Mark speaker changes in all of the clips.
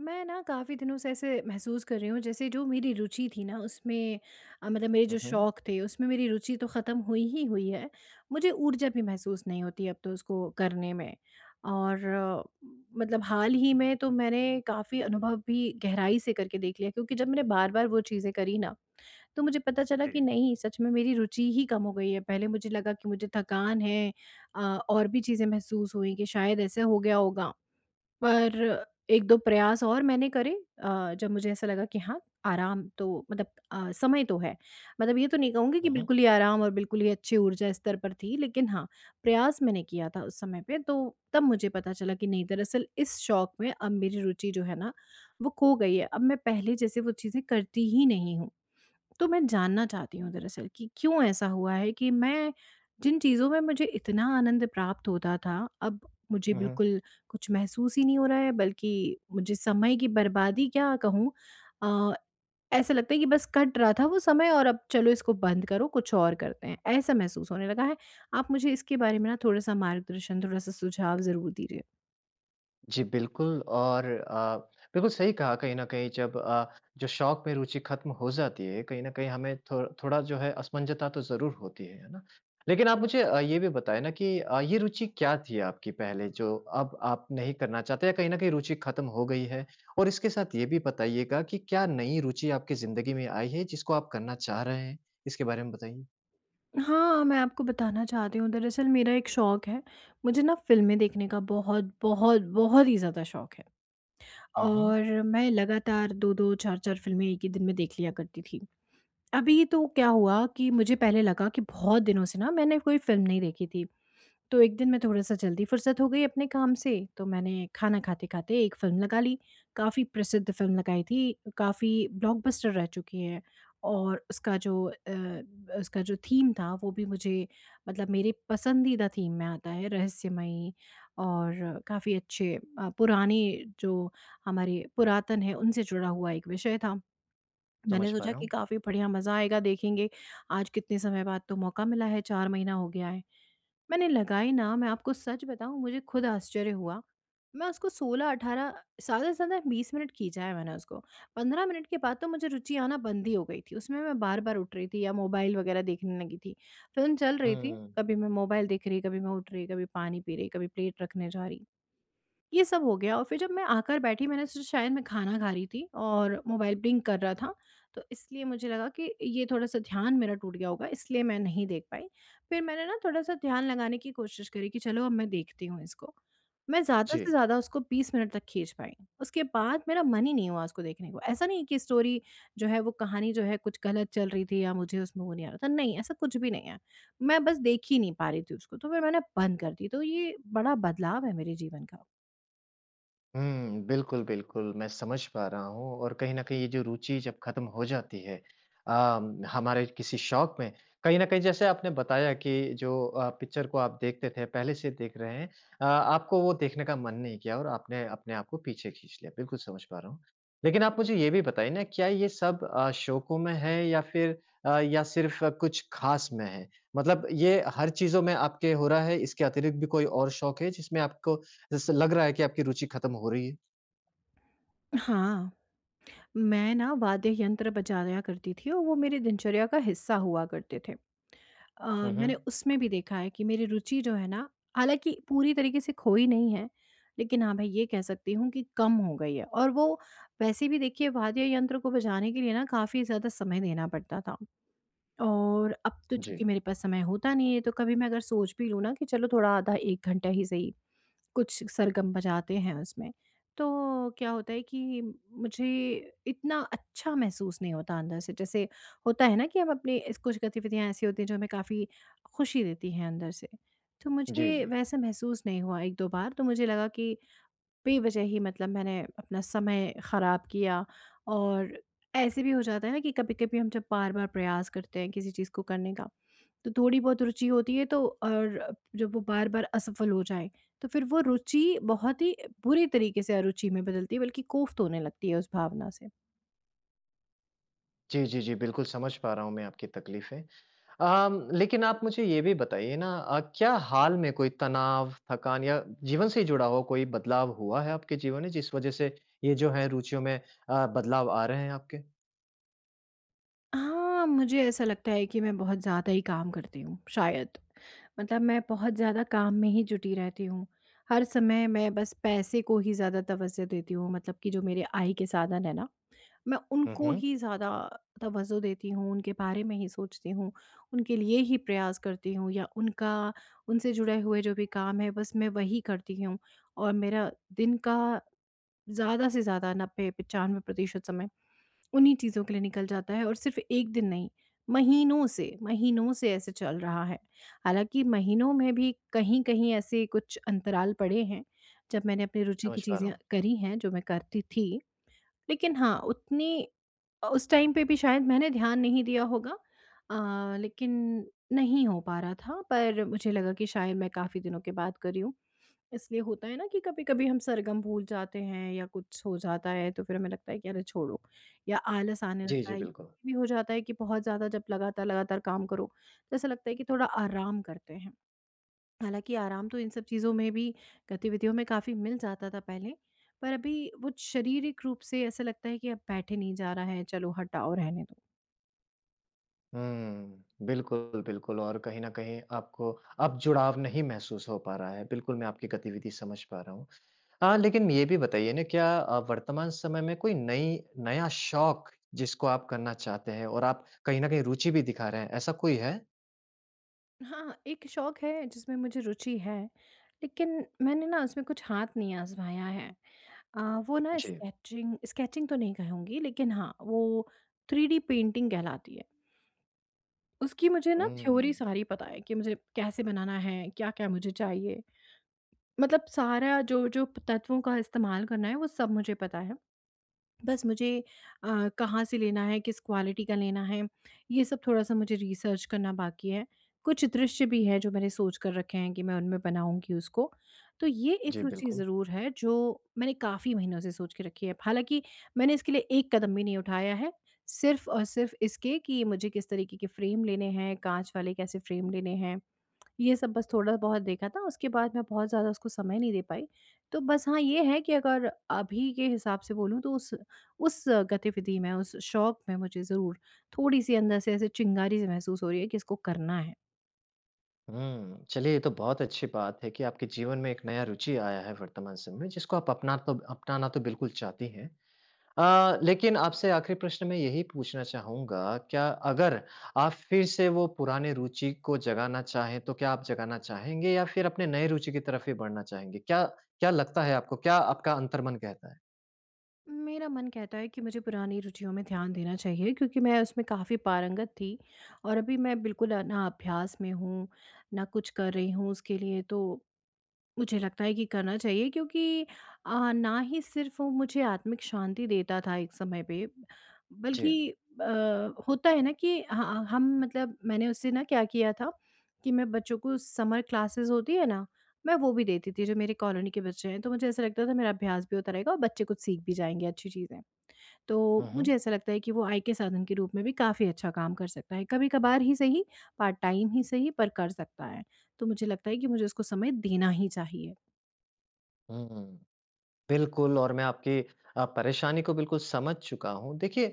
Speaker 1: मैं ना काफ़ी दिनों से ऐसे महसूस कर रही हूँ जैसे जो मेरी रुचि थी ना उसमें, मतलब मेरे
Speaker 2: हुँ,
Speaker 1: जो
Speaker 2: हुँ।
Speaker 1: शौक थे उसमें मेरी रुचि तो ख़त्म हुई ही हुई है। मुझे ऊर्जा भी महसूस नहीं होती अब तो उसको करने में। और मतलब हाल ही में तो मैंने काफ़ी अनुभव भी गहराई से करके देख लिया, क्योंकि जब मैंने बार बार वो चीज़ें करी ना, तो मुझे पता चला
Speaker 2: जी।
Speaker 1: कि नहीं, सच में मेरी रुचि ही कम हो गई है। पहले मुझे लगा कि मुझे थकान है, अ, और भी चीज़ें महसूस हुई कि शायद ऐसे हो गया होगा, पर 1-2 प्रयास और मैंने करे। जब मुझे ऐसा लगा कि हाँ, आराम तो मतलब समय तो है। मतलब ये तो नहीं कहूँगी कि
Speaker 2: हुँ, हुँ,
Speaker 1: बिल्कुल ही आराम और बिल्कुल ही अच्छी ऊर्जा स्तर पर थी, लेकिन हाँ, प्रयास मैंने किया था उस समय पे, तो तब मुझे पता चला कि नहीं, दरअसल इस शौक में अब मेरी रुचि जो है ना, वो खो गई है। अब मैं पहले जैसे वो चीज़ें करती ही नहीं हूँ। तो मैं जानना चाहती हूँ दरअसल कि क्यों ऐसा हुआ है कि मैं जिन चीज़ों में मुझे इतना आनंद प्राप्त होता था, अब मुझे
Speaker 2: हुँ, हुँ।
Speaker 1: बिल्कुल कुछ महसूस ही नहीं हो रहा है, बल्कि मुझे समय की बर्बादी क्या कहूँ, अ, ऐसा लगता है कि बस कट रहा था वो समय और अब चलो इसको बंद करो, कुछ और करते हैं। ऐसा महसूस होने लगा है। आप मुझे इसके बारे में ना थोड़ा-सा मार्गदर्शन, थोड़ा-सा सुझाव ज़रूर दीजिए।
Speaker 2: जी, बिल्कुल और बिल्कुल सही कहा। कहीं न कहीं जब जो शौक में रुचि ख़त्म हो जाती है, कहीं न कहीं हमें थो थोड़ा जो है असमंजसता तो ज़रूर होती है ना? लेकिन आप मुझे ये भी बताएँ ना कि ये रुचि क्या थी आपकी पहले जो अब आप नहीं करना चाहते या कहीं न कहीं रुचि ख़त्म हो गई है? और इसके साथ ये भी बताइएगा कि क्या नई रुचि आपकी ज़िंदगी में आई है जिसको आप करना चाह रहे हैं? इसके बारे में बताइए।
Speaker 1: हाँ, मैं आपको बताना चाहती हूँ दरअसल मेरा एक शौक है। मुझे ना फ़िल्में देखने का बहुत, बहुत, बहुत ही ज़्यादा शौक है।
Speaker 2: हुँ, हुँ।
Speaker 1: और मैं लगातार 2-2 4-4 फ़िल्में एक ही दिन में देख लिया करती थी। अभी तो क्या हुआ कि मुझे पहले लगा कि बहुत दिनों से ना मैंने कोई फ़िल्म नहीं देखी थी। तो एक दिन मैं थोड़ा-सा जल्दी फ़ुर्सत हो गई अपने काम से, तो मैंने खाना खाते-खाते एक फ़िल्म लगा ली। काफ़ी प्रसिद्ध फ़िल्म लगाई थी, काफ़ी ब्लॉकबस्टर रह चुकी है। और उसका जो उसका जो थीम था वो भी मुझे, मतलब मेरे पसंदीदा थीम में आता है, रहस्यमयी और काफ़ी अच्छे, पुराने जो हमारे पुरातन है उनसे जुड़ा हुआ एक विषय था। मैंने
Speaker 2: समझ पा
Speaker 1: सोचा
Speaker 2: रहा
Speaker 1: कि
Speaker 2: हूँ।
Speaker 1: काफ़ी बढ़िया मज़ा आएगा देखेंगे, आज कितने समय बाद तो मौका मिला है, 4 महीना हो गया है। मैंने लगाई ना, मैं आपको सच बताऊँ, मुझे खुद आश्चर्य हुआ। मैं उसको 16-18, ज़्यादा से ज़्यादा 20 मिनट खींचा है मैंने उसको। 15 मिनट के बाद तो मुझे रुचि आना बंद ही हो गई थी। उसमें मैं बार-बार उठ रही थी या मोबाइल वग़ैरह देखने लगी थी। फ़िल्म चल रही थी,
Speaker 2: हुँ।
Speaker 1: कभी मैं मोबाइल देख रही, कभी मैं उठ रही, कभी पानी पी रही, कभी प्लेट रखने जा रही। ये सब हो गया और फिर जब मैं आकर बैठी, मैंने सोचा शायद मैं खाना खा रही थी और मोबाइल ब्लिंक कर रहा था, तो इसलिए मुझे लगा कि ये थोड़ा सा ध्यान मेरा टूट गया होगा, इसलिए मैं नहीं देख पाई। फिर मैंने ना थोड़ा सा ध्यान लगाने की कोशिश करी कि चलो अब मैं देखती हूँ इसको। मैं ज़्यादा से
Speaker 2: जी।
Speaker 1: ज़्यादा उसको 20 मिनट तक खींच पाई। उसके बाद मेरा मन ही नहीं हुआ उसको देखने को। ऐसा नहीं है कि स्टोरी जो है, वो कहानी जो है कुछ गलत चल रही थी या मुझे उसमें वो नहीं आ रहा था, नहीं ऐसा कुछ भी नहीं है। मैं बस देख ही नहीं पा रही थी उसको, तो फिर मैंने बंद कर दी। तो ये बड़ा बदलाव है मेरे जीवन का।
Speaker 2: हुँ, बिल्कुल, बिल्कुल, मैं समझ पा रहा हूँ और कहीं न कहीं ये जो रुचि जब ख़त्म हो जाती है अ, हमारे किसी शौक में, कहीं न कहीं जैसे आपने बताया कि जो पिक्चर को आप देखते थे, पहले से देख रहे हैं, आपको वो देखने का मन नहीं किया और आपने अपने आप को पीछे खींच लिया, बिल्कुल समझ पा रहा हूँ। लेकिन आप मुझे ये भी बताइए ना, क्या ये सब शौकों में है या फिर या सिर्फ़ कुछ ख़ास में है? मतलब ये हर चीज़ों में आपके हो रहा है, इसके अतिरिक्त भी कोई और शौक है जिसमें आपको जैसे लग रहा है कि आपकी रुचि खत्म हो रही है?
Speaker 1: हाँ, मैं ना वाद्य यंत्र बजाया करती थी और वो मेरी दिनचर्या का हिस्सा हुआ करते थे।
Speaker 2: हुँ, हुँ।
Speaker 1: मैंने उसमें भी देखा है कि मेरी रुचि जो है ना, हालाँकि पूरी तरीके से खोई नहीं है, लेकिन हाँ, मैं ये कह सकती हूँ कि कम हो गई है। और वो वैसे भी देखिए, वाद्य यंत्र को बजाने के लिए ना काफ़ी ज़्यादा समय देना पड़ता था और अब तो
Speaker 2: जी।
Speaker 1: चूँकि मेरे पास समय होता नहीं है, तो कभी मैं अगर सोच भी लूँ ना कि चलो थोड़ा आधा 1 घंटा ही सही कुछ सरगम बजाते हैं उसमें, तो क्या होता है कि मुझे इतना अच्छा महसूस नहीं होता अंदर से। जैसे होता है ना कि हम अपने इस कुछ गतिविधियाँ ऐसी होती हैं जो हमें काफ़ी खुशी देती हैं अंदर से। तो
Speaker 2: जी,
Speaker 1: मुझे
Speaker 2: जी।
Speaker 1: वैसा महसूस नहीं हुआ। 1-2 बार तो मुझे लगा कि बेवजह ही, मतलब मैंने अपना समय ख़राब किया। और ऐसे भी हो जाता है ना कि कभी-कभी हम जब बार-बार प्रयास करते हैं किसी चीज़ को करने का, तो थोड़ी बहुत रुचि होती है तो, और जब वो बार-बार असफल हो जाए, तो फिर वो रुचि बहुत ही बुरे तरीके से अरुचि में बदलती है, बल्कि कोफ्त होने लगती है उस भावना से।
Speaker 2: जी, जी, जी, बिल्कुल समझ पा रहा हूँ मैं आपकी तकलीफ़ें। लेकिन आप मुझे ये भी बताइए ना, क्या हाल में कोई तनाव, थकान या जीवन से जुड़ा हुआ कोई बदलाव हुआ है आपके जीवन में, जिस वज़ह से ये जो है रुचियों में बदलाव आ रहे हैं आपके?
Speaker 1: हाँ, मुझे ऐसा लगता है कि मैं बहुत ज़्यादा ही काम करती हूँ, शायद। मतलब मैं बहुत ज़्यादा काम में ही जुटी रहती हूँ। हर समय मैं बस पैसे को ही ज़्यादा तवज्जो देती हूँ, मतलब कि जो मेरे आय के साधन है ना, मैं
Speaker 2: हुँ,
Speaker 1: उनको
Speaker 2: हुँ।
Speaker 1: ही ज़्यादा तवज्जो देती हूँ, उनके बारे में ही सोचती हूँ, उनके लिए ही प्रयास करती हूँ, या उनका उनसे जुड़े हुए जो भी काम है बस मैं वही करती हूँ। और मेरा दिन का ज़्यादा से ज़्यादा 90-95% समय उन्हीं चीज़ों के लिए निकल जाता है और सिर्फ़ 1 दिन नहीं, महीनों से ऐसे चल रहा है। हालाँकि महीनों में भी कहीं-कहीं ऐसे कुछ अंतराल पड़े हैं, जब मैंने अपनी रुचि की
Speaker 2: समझ पा रहा
Speaker 1: चीज़ें
Speaker 2: हूँ।
Speaker 1: करी हैं, जो मैं करती थी। लेकिन हाँ, उतनी उस टाइम पे भी शायद मैंने ध्यान नहीं दिया होगा, लेकिन नहीं हो पा रहा था, पर मुझे लगा कि शायद मैं काफ़ी दिनों के बाद करी हूँ। इसलिए होता है ना कि कभी-कभी हम सरगम भूल जाते हैं या कुछ हो जाता है, तो फिर हमें लगता है कि अरे छोड़ो, या आलस आने
Speaker 2: जी,
Speaker 1: लगता
Speaker 2: जी,
Speaker 1: है। ये
Speaker 2: बिल्कुल।
Speaker 1: भी हो जाता है कि बहुत ज़्यादा जब लगातार-लगातार काम करो, तो ऐसा लगता है कि थोड़ा आराम करते हैं। हालाँकि आराम तो इन सब चीज़ों में भी, गतिविधियों में काफ़ी मिल जाता था पहले, पर अभी वो शारीरिक रूप से ऐसा लगता है कि अब बैठे नहीं जा रहा है, चलो हटाओ रहने दो।
Speaker 2: हुँ, बिल्कुल, बिल्कुल और कहीं न कहीं आपको अब जुड़ाव नहीं महसूस हो पा रहा है। बिल्कुल, मैं आपकी गतिविधि समझ पा रहा हूँ। हाँ, लेकिन ये भी बताइए ना, क्या वर्तमान समय में कोई नई नया शौक जिसको आप करना चाहते हैं और आप कहीं न कहीं रुचि भी दिखा रहे हैं, ऐसा कोई है?
Speaker 1: हाँ, एक शौक है जिसमें मुझे रुचि है, लेकिन मैंने ना उसमें कुछ हाथ नहीं आज़माया है। अ, वो ना
Speaker 2: जी।
Speaker 1: स्केचिंग स्केचिंग तो नहीं कहूँगी, लेकिन हाँ, वो 3D पेंटिंग कहलाती है। उसकी मुझे ना थ्योरी
Speaker 2: हुँ।
Speaker 1: सारी पता है कि मुझे कैसे बनाना है, क्या-क्या मुझे चाहिए। मतलब सारा, जो जो तत्वों का इस्तेमाल करना है वो सब मुझे पता है। बस मुझे कहाँ से लेना है, किस क्वालिटी का लेना है, ये सब थोड़ा-सा मुझे रिसर्च करना बाकी है। कुछ दृश्य भी हैं जो मैंने सोच कर रखे हैं कि मैं उनमें बनाऊँगी उसको। तो ये
Speaker 2: जी,
Speaker 1: एक रुचि
Speaker 2: बिल्कुल।
Speaker 1: ज़रूर है जो मैंने काफ़ी महीनों से सोच के रखी है। हालाँकि मैंने इसके लिए एक कदम भी नहीं उठाया है। सिर्फ़ और सिर्फ़ इसके कि मुझे किस तरीके के फ्रेम लेने हैं, काँच वाले कैसे फ्रेम लेने हैं। ये सब बस थोड़ा-बहुत देखा था, उसके बाद मैं बहुत ज़्यादा उसको समय नहीं दे पाई। तो बस हाँ, ये है कि अगर अभी के हिसाब से बोलूँ तो उस गतिविधि में, उस शौक में मुझे ज़रूर थोड़ी-सी अंदर से ऐसे चिंगारी सी महसूस हो रही है कि इसको करना है।
Speaker 2: हुँ, चलिए, ये तो बहुत अच्छी बात है कि आपके जीवन में एक नया रुचि आया है वर्तमान समय में, जिसको आप अपनाना तो बिल्कुल चाहती हैं। लेकिन आपसे आखिरी प्रश्न मैं यही पूछना चाहूँगा, क्या अगर आप फिर से वो पुराने रुचि को जगाना चाहें, तो क्या आप जगाना चाहेंगे या फिर अपने नए रुचि की तरफ ही बढ़ना चाहेंगे? क्या क्या लगता है आपको? क्या आपका अंतर्मन कहता है?
Speaker 1: मेरा मन कहता है कि मुझे पुरानी रुचियों में ध्यान देना चाहिए, क्योंकि मैं उसमें काफ़ी पारंगत थी और अभी मैं बिल्कुल ना अभ्यास में हूँ, ना कुछ कर रही हूँ उसके लिए, तो मुझे लगता है कि करना चाहिए, क्योंकि ना ही सिर्फ़ वो मुझे आत्मिक शांति देता था एक समय पे,
Speaker 2: जी।
Speaker 1: बल्कि होता है ना कि हाँ, हम, मतलब मैंने उससे ना क्या किया था कि मैं बच्चों को, समर क्लासेस होती है ना, मैं वो भी देती थी, जो मेरे कॉलोनी के बच्चे हैं। तो मुझे ऐसा लगता था मेरा अभ्यास भी होता रहेगा और बच्चे कुछ सीख भी जाएँगे अच्छी चीज़ें।
Speaker 2: हुँ,
Speaker 1: तो
Speaker 2: हुँ।
Speaker 1: मुझे ऐसा लगता है कि वो आय के साधन के रूप में भी काफ़ी अच्छा काम कर सकता है। कभी-कभार ही सही, पार्ट टाइम ही सही पर कर सकता है। तो मुझे लगता है कि मुझे उसको समय देना ही चाहिए।
Speaker 2: हुँ। बिल्कुल और मैं आपकी परेशानी को बिल्कुल समझ चुका हूँ। देखिए,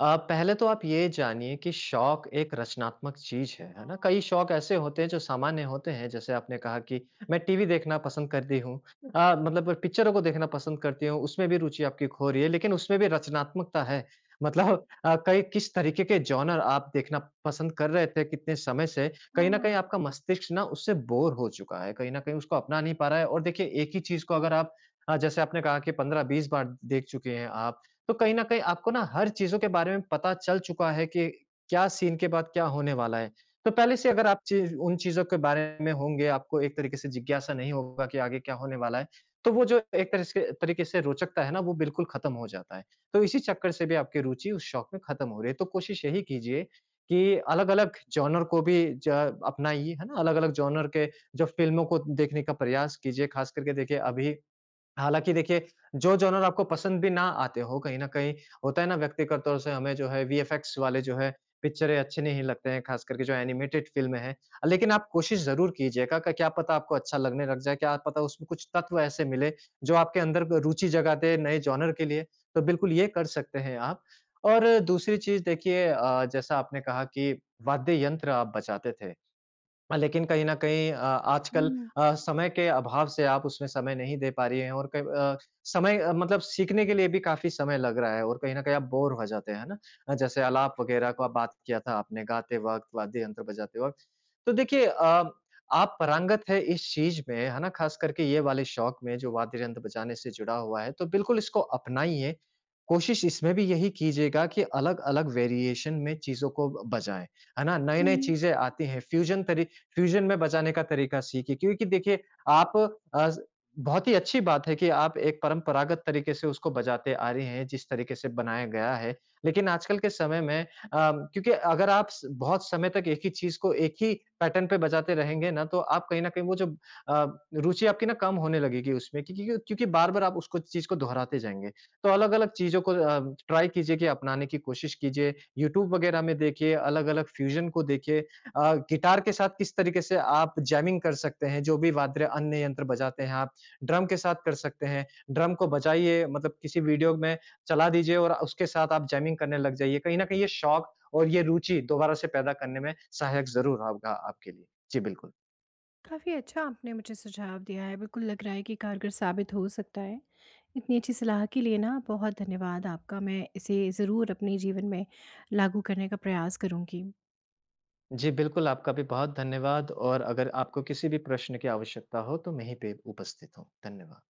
Speaker 2: पहले तो आप ये जानिए कि शौक एक रचनात्मक चीज़ है ना? कई शौक ऐसे होते हैं जो सामान्य होते हैं, जैसे आपने कहा कि मैं टीवी देखना पसंद करती हूँ, मतलब पिक्चरों को देखना पसंद करती हूँ, उसमें भी रुचि आपकी खो रही है, लेकिन उसमें भी रचनात्मकता है। मतलब कई किस तरीके के जॉनर आप देखना पसंद कर रहे थे कितने समय से, कहीं न कहीं
Speaker 1: हाँ,
Speaker 2: आपका मस्तिष्क ना उससे बोर हो चुका है, कहीं न कहीं उसको अपना नहीं पा रहा है। और देखिए, एक ही चीज़ को अगर आप, हाँ, जैसे आपने कहा कि 15-20 बार देख चुके हैं आप, तो कहीं न कहीं आपको ना हर चीज़ों के बारे में पता चल चुका है कि क्या सीन के बाद क्या होने वाला है। तो पहले से अगर आप चीज़ उन चीज़ों के बारे में होंगे, आपको एक तरीके से जिज्ञासा नहीं होगा कि आगे क्या होने वाला है, तो वो जो एक तरह से तरीके से रोचकता है ना, वो बिल्कुल खत्म हो जाता है। तो इसी चक्कर से भी आपकी रुचि उस शौक में खत्म हो रही है। तो कोशिश यही कीजिए कि अलग-अलग जॉनर को भी ज अपनाइए, है ना? अलग-अलग जॉनर के जो फ़िल्मों को देखने का प्रयास कीजिए, खास करके देखिए अभी, हालाँकि देखिए, जो जॉनर आपको पसंद भी ना आते हों, कहीं न कहीं होता है ना, व्यक्तिगत तौर से हमें जो है वीएफएक्स वाले जो है पिक्चरें अच्छे नहीं लगते हैं, ख़ास करके जो एनिमेटेड फ़िल्में हैं। लेकिन आप कोशिश ज़रूर कीजिएगा कि क्या पता आपको अच्छा लगने लग जाए, क्या पता उसमें कुछ तत्व ऐसे मिले जो आपके अंदर ब रुचि जगा दे नए जॉनर के लिए, तो बिल्कुल ये कर सकते हैं आप। और दूसरी चीज़ देखिए, जैसा आपने कहा कि वाद्य यंत्र आप बजाते थे, लेकिन कहीं न कहीं आजकल
Speaker 1: हुँ,
Speaker 2: समय के अभाव से आप उसमें समय नहीं दे पा रही हैं, और कब समय, मतलब सीखने के लिए भी काफ़ी समय लग रहा है और कहीं न कहीं आप बोर हो जाते हैं, है ना? जैसे आलाप वगैरह को आप बात किया था आपने गाते वक़्त, वाद्य यंत्र बजाते वक़्त। तो देखिए, आप पारंगत है इस चीज़ में, है ना? ख़ास करके ये वाले शौक में जो वाद्य यंत्र बजाने से जुड़ा हुआ है, तो बिल्कुल इसको अपनाइए। कोशिश इसमें भी यही कीजिएगा कि अलग-अलग वेरिएशन में चीज़ों को बजाएँ, है ना? नए-नए
Speaker 1: हुँ।
Speaker 2: चीज़ें आती हैं, फ्यूज़न में बचाने का तरीका सीखिए, क्योंकि देखिए आप, अ, बहुत ही अच्छी बात है कि आप एक परंपरागत तरीके से उसको बजाते आ रहे हैं, जिस तरीके से बनाया गया है। लेकिन आजकल के समय में, क्योंकि अगर आप स बहुत समय तक एक ही चीज़ को एक ही पैटर्न पे बजाते रहेंगे ना, तो आप कहीं न कहीं वो जो अ, रुचि आपकी ना कम होने लगेगी उसमें, क्योंकि बार-बार आप उसको चीज़ को दोहराते जाएँगे। तो अलग-अलग चीज़ों को ट्राई कीजिए, कि अपनाने की कोशिश कीजिए। यूट्यूब वगैरह में देखिए, अलग-अलग फ्यूज़न को देखिए, गिटार के साथ किस तरीके से आप जैमिंग कर सकते हैं, जो भी वाद्य अन्य यंत्र बजाते हैं आप, ड्रम के साथ कर सकते हैं। ड्रम को बजाइए, मतलब किसी वीडियो में चला दीजिए और उसके साथ आप जैमिंग करने लग जाइए। कहीं न कहीं ये शौक और ये रुचि दोबारा से पैदा करने में सहायक ज़रूर होगा आपके लिए। जी, बिल्कुल।
Speaker 1: काफ़ी अच्छा आपने मुझे सुझाव दिया है, बिल्कुल लग रहा है कि कारगर साबित हो सकता है। इतनी अच्छी सलाह के लिए ना बहुत धन्यवाद आपका, मैं इसे ज़रूर अपने जीवन में लागू करने का प्रयास करूँगी।
Speaker 2: जी, बिल्कुल, आपका भी बहुत धन्यवाद, और अगर आपको किसी भी प्रश्न की आवश्यकता हो, तो मैं यहीं पे उपस्थित हूँ। धन्यवाद।